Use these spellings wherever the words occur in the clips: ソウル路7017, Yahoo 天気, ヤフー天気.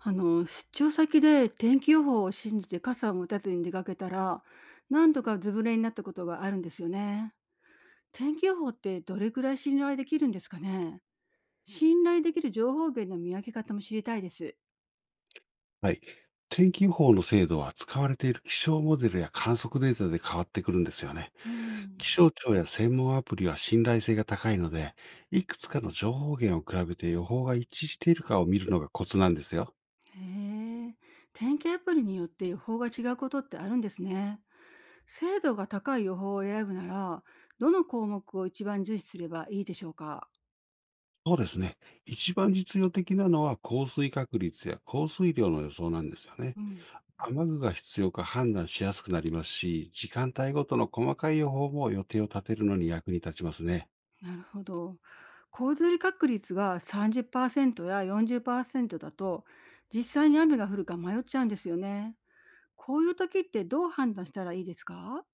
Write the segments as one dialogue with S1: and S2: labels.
S1: 出張先で天気予報を信じて傘を持たずに出かけたら、何度かズブレになったことがあるんですよね。天気予報ってどれくらい信頼できるんですかね？信頼できる情報源の見分け方も知りたいです。
S2: はい。天気予報の精度は使われている気象モデルや観測データで変わってくるんですよね。
S1: うん。
S2: 気象庁や専門アプリは信頼性が高いので、いくつかの情報源を比べて予報が一致しているかを見るのがコツなんですよ。
S1: へえ。天気アプリによって予報が違うことってあるんですね。精度が高い予報を選ぶなら、どの項目を一番重視すればいいでしょうか？
S2: そうですね。一番実用的なのは降水確率や降水量の予想なんですよね。
S1: うん。
S2: 雨具が必要か判断しやすくなりますし、時間帯ごとの細かい予報も予定を立てるのに役に立ちますね。
S1: なるほど。洪水確率が30%や40%だと、実際に雨が降るか迷っちゃうんですよね。こういう時ってどう判断したらいいですか？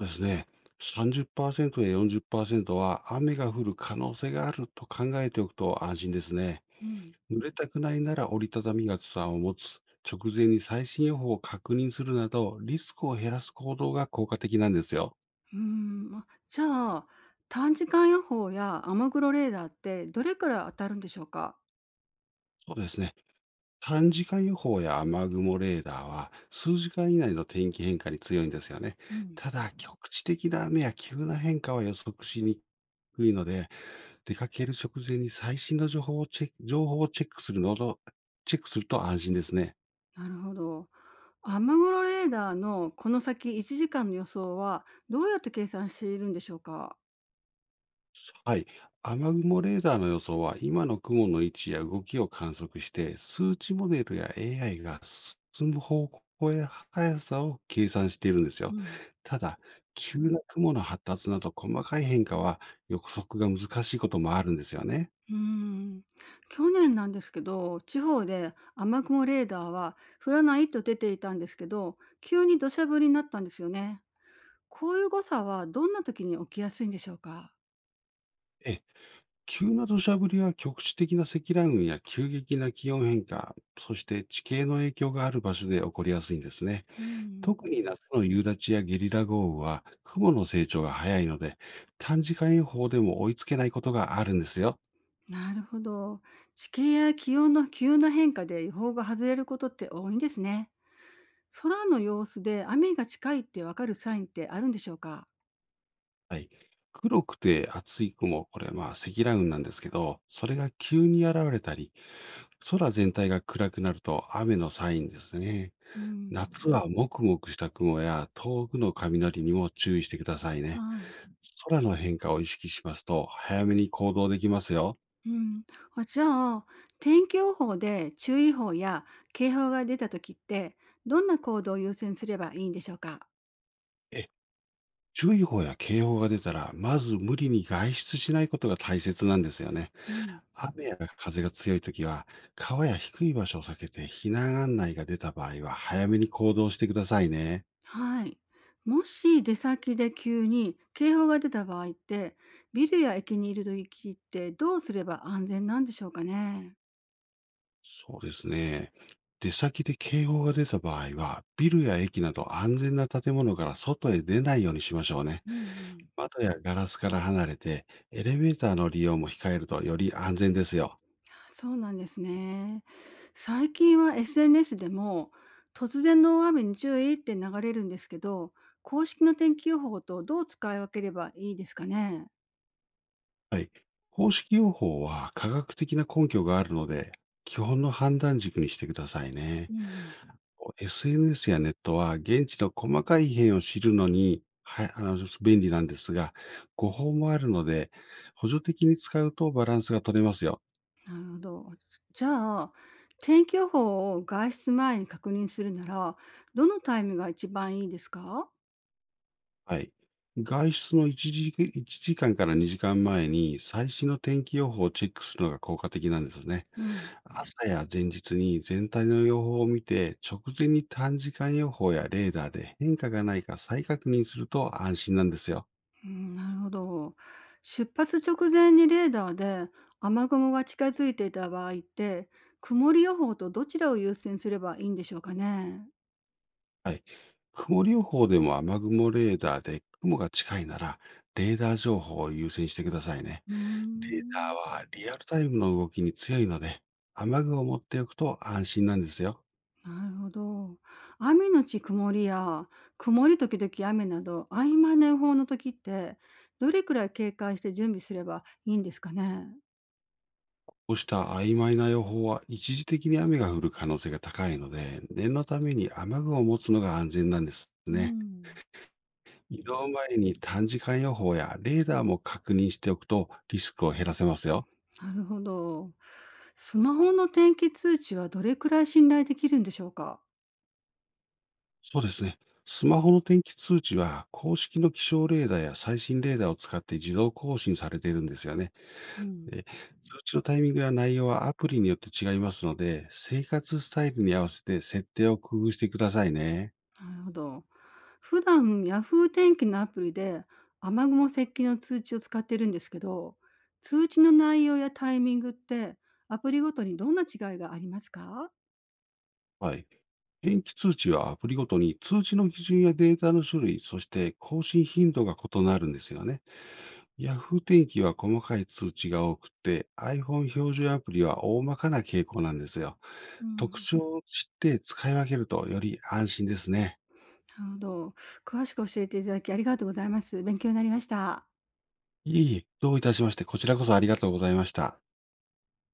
S2: そうですね。30%や40%は雨が降る可能性があると考えておくと安心ですね。
S1: うん。
S2: 濡れたくないなら折りたたみ傘を持つ、直前に最新予報を確認するなど、リスクを減らす行動が効果的なんですよ。
S1: うーん、じゃあ、短時間予報や雨雲レーダーってどれくらい当たるんでしょうか？
S2: そうですね。短時間予報や雨雲レーダーは数時間以内の天気変化に強いんですよね。
S1: うん。
S2: ただ、局地的な雨や急な変化は予測しにくいので、出かける直前に最新の情報をチェックすると安心ですね。
S1: なるほど。雨雲レーダーのこの先1時間の予想はどうやって計算しているんでしょうか？
S2: はい。雨雲レーダーの予想は、今の雲の位置や動きを観測して、数値モデルや AI が進む方向や速さを計算しているんです
S1: う
S2: よ。
S1: ん。
S2: ただ、急な雲の発達など細かい変化は予測が難しいこともあるんですよね。
S1: うーん、去年なんですけど、地方で雨雲レーダーは降らないと出ていたんですけど、急に土砂降りになったんですよね。こういう誤差はどんな時に起きやすいんでしょうか？
S2: ええ。急な土砂降りは局地的な積乱雲や急激な気温変化、そして地形の影響がある場所で起こりやすいんですね。
S1: うん。
S2: 特に夏の夕立やゲリラ豪雨は雲の成長が早いので、短時間予報でも追いつけないことがあるんですよ。
S1: なるほど。地形や気温の急な変化で予報が外れることって多いんですね。空の様子で雨が近いってわかるサインってあるんでしょうか？
S2: はい。黒くて厚い雲、これまあ積乱雲なんですけど、それが急に現れたり、空全体が暗くなると雨のサインですね。
S1: うん。
S2: 夏はもくもくした雲や遠くの雷にも注意してください
S1: は
S2: ね。
S1: い。
S2: 空の変化を意識しますと、早めに行動できますよ。
S1: うん。じゃあ天気予報で注意報や警報が出た時ってどんな行動を優先すればいいんでしょうか？
S2: え、注意報や警報が出たら、まず無理に外出しないことが大切なんですよね。
S1: うん。
S2: 雨や風が強いときは、川や低い場所を避けて、避難案内が出た場合は、早めに行動してくださいね。
S1: はい。もし出先で急に警報が出た場合ってビルや駅にいる時ってどうすれば安全なんでしょうかね？
S2: そうですね。出先で警報が出た場合は、ビルや駅など安全な建物から外へ出ないようにしましょうね。
S1: うん、うん。
S2: 窓やガラスから離れて、エレベーターの利用も控えるとより安全ですよ。
S1: そうなんですね。最近は SNS でも突然の大雨に注意って流れるんですけど、公式の天気予報とどう使い分ければいいですかね？
S2: はい。公式用法は科学的な根拠があるので、基本の判断軸にしてください
S1: う
S2: ね。
S1: ん。
S2: SNS やネットは現地の細かい異変を知るのに、はい、便利なんですが、誤報もあるので、補助的に使うとバランスが取れますよ。
S1: なるほど。じゃあ、天気予報を外出前に確認するなら、どのタイムが一番いいですか？
S2: はい。外出の1時間から2時間前に最新の天気予報をチェックするのが効果的なんですね。
S1: うん。
S2: 朝や前日に全体の予報を見て、直前に短時間予報やレーダーで変化がないか再確認すると安心なんですよ。
S1: うん、なるほど。出発直前にレーダーで雨雲が近づいていた場合って、曇り予報とどちらを優先すればいいんでしょうかね？
S2: はい。曇り予報でも雨雲レーダーで雲が近いなら、レーダー情報を優先してくださいね。
S1: うー
S2: レー
S1: ん。
S2: ダーはリアルタイムの動きに強いので、雨具を持っておくと安心なんですよ。
S1: なるほど。雨のち曇りや、曇り時々雨など、曖間の予報の時って、どれくらい警戒して準備すればいいんですかね？
S2: こうした曖昧な予報は一時的に雨が降る可能性が高いので、念のために雨具を持つのが安全なんです
S1: う
S2: ね。
S1: ん。
S2: 移動前に短時間予報やレーダーも確認しておくとリスクを減らせますよ。
S1: なるほど。スマホの天気通知はどれくらい信頼できるんでしょうか？
S2: そうですね。スマホの天気通知は公式の気象レーダーや最新レーダーを使って自動更新されているんですよね。
S1: うん。
S2: で、通知のタイミングや内容はアプリによって違いますので、生活スタイルに合わせて設定を工夫してくださいね。
S1: なるほど。普段ヤフー天気のアプリで雨雲接近の通知を使ってるんですけど、通知の内容やタイミングってアプリごとにどんな違いがありますか？
S2: はい。天気通知はアプリごとに通知の基準やデータの種類、そして更新頻度が異なるんですよね。Yahoo 天気は細かい通知が多くて、iPhone 標準アプリは大まかな傾向なんですよ。
S1: う
S2: 特
S1: ん。
S2: 徴を知って使い分けるとより安心ですね。
S1: なるほど。詳しく教えていただきありがとうございます。勉強になりました。
S2: いえいえ、どういたしまして、こちらこそありがとうございました。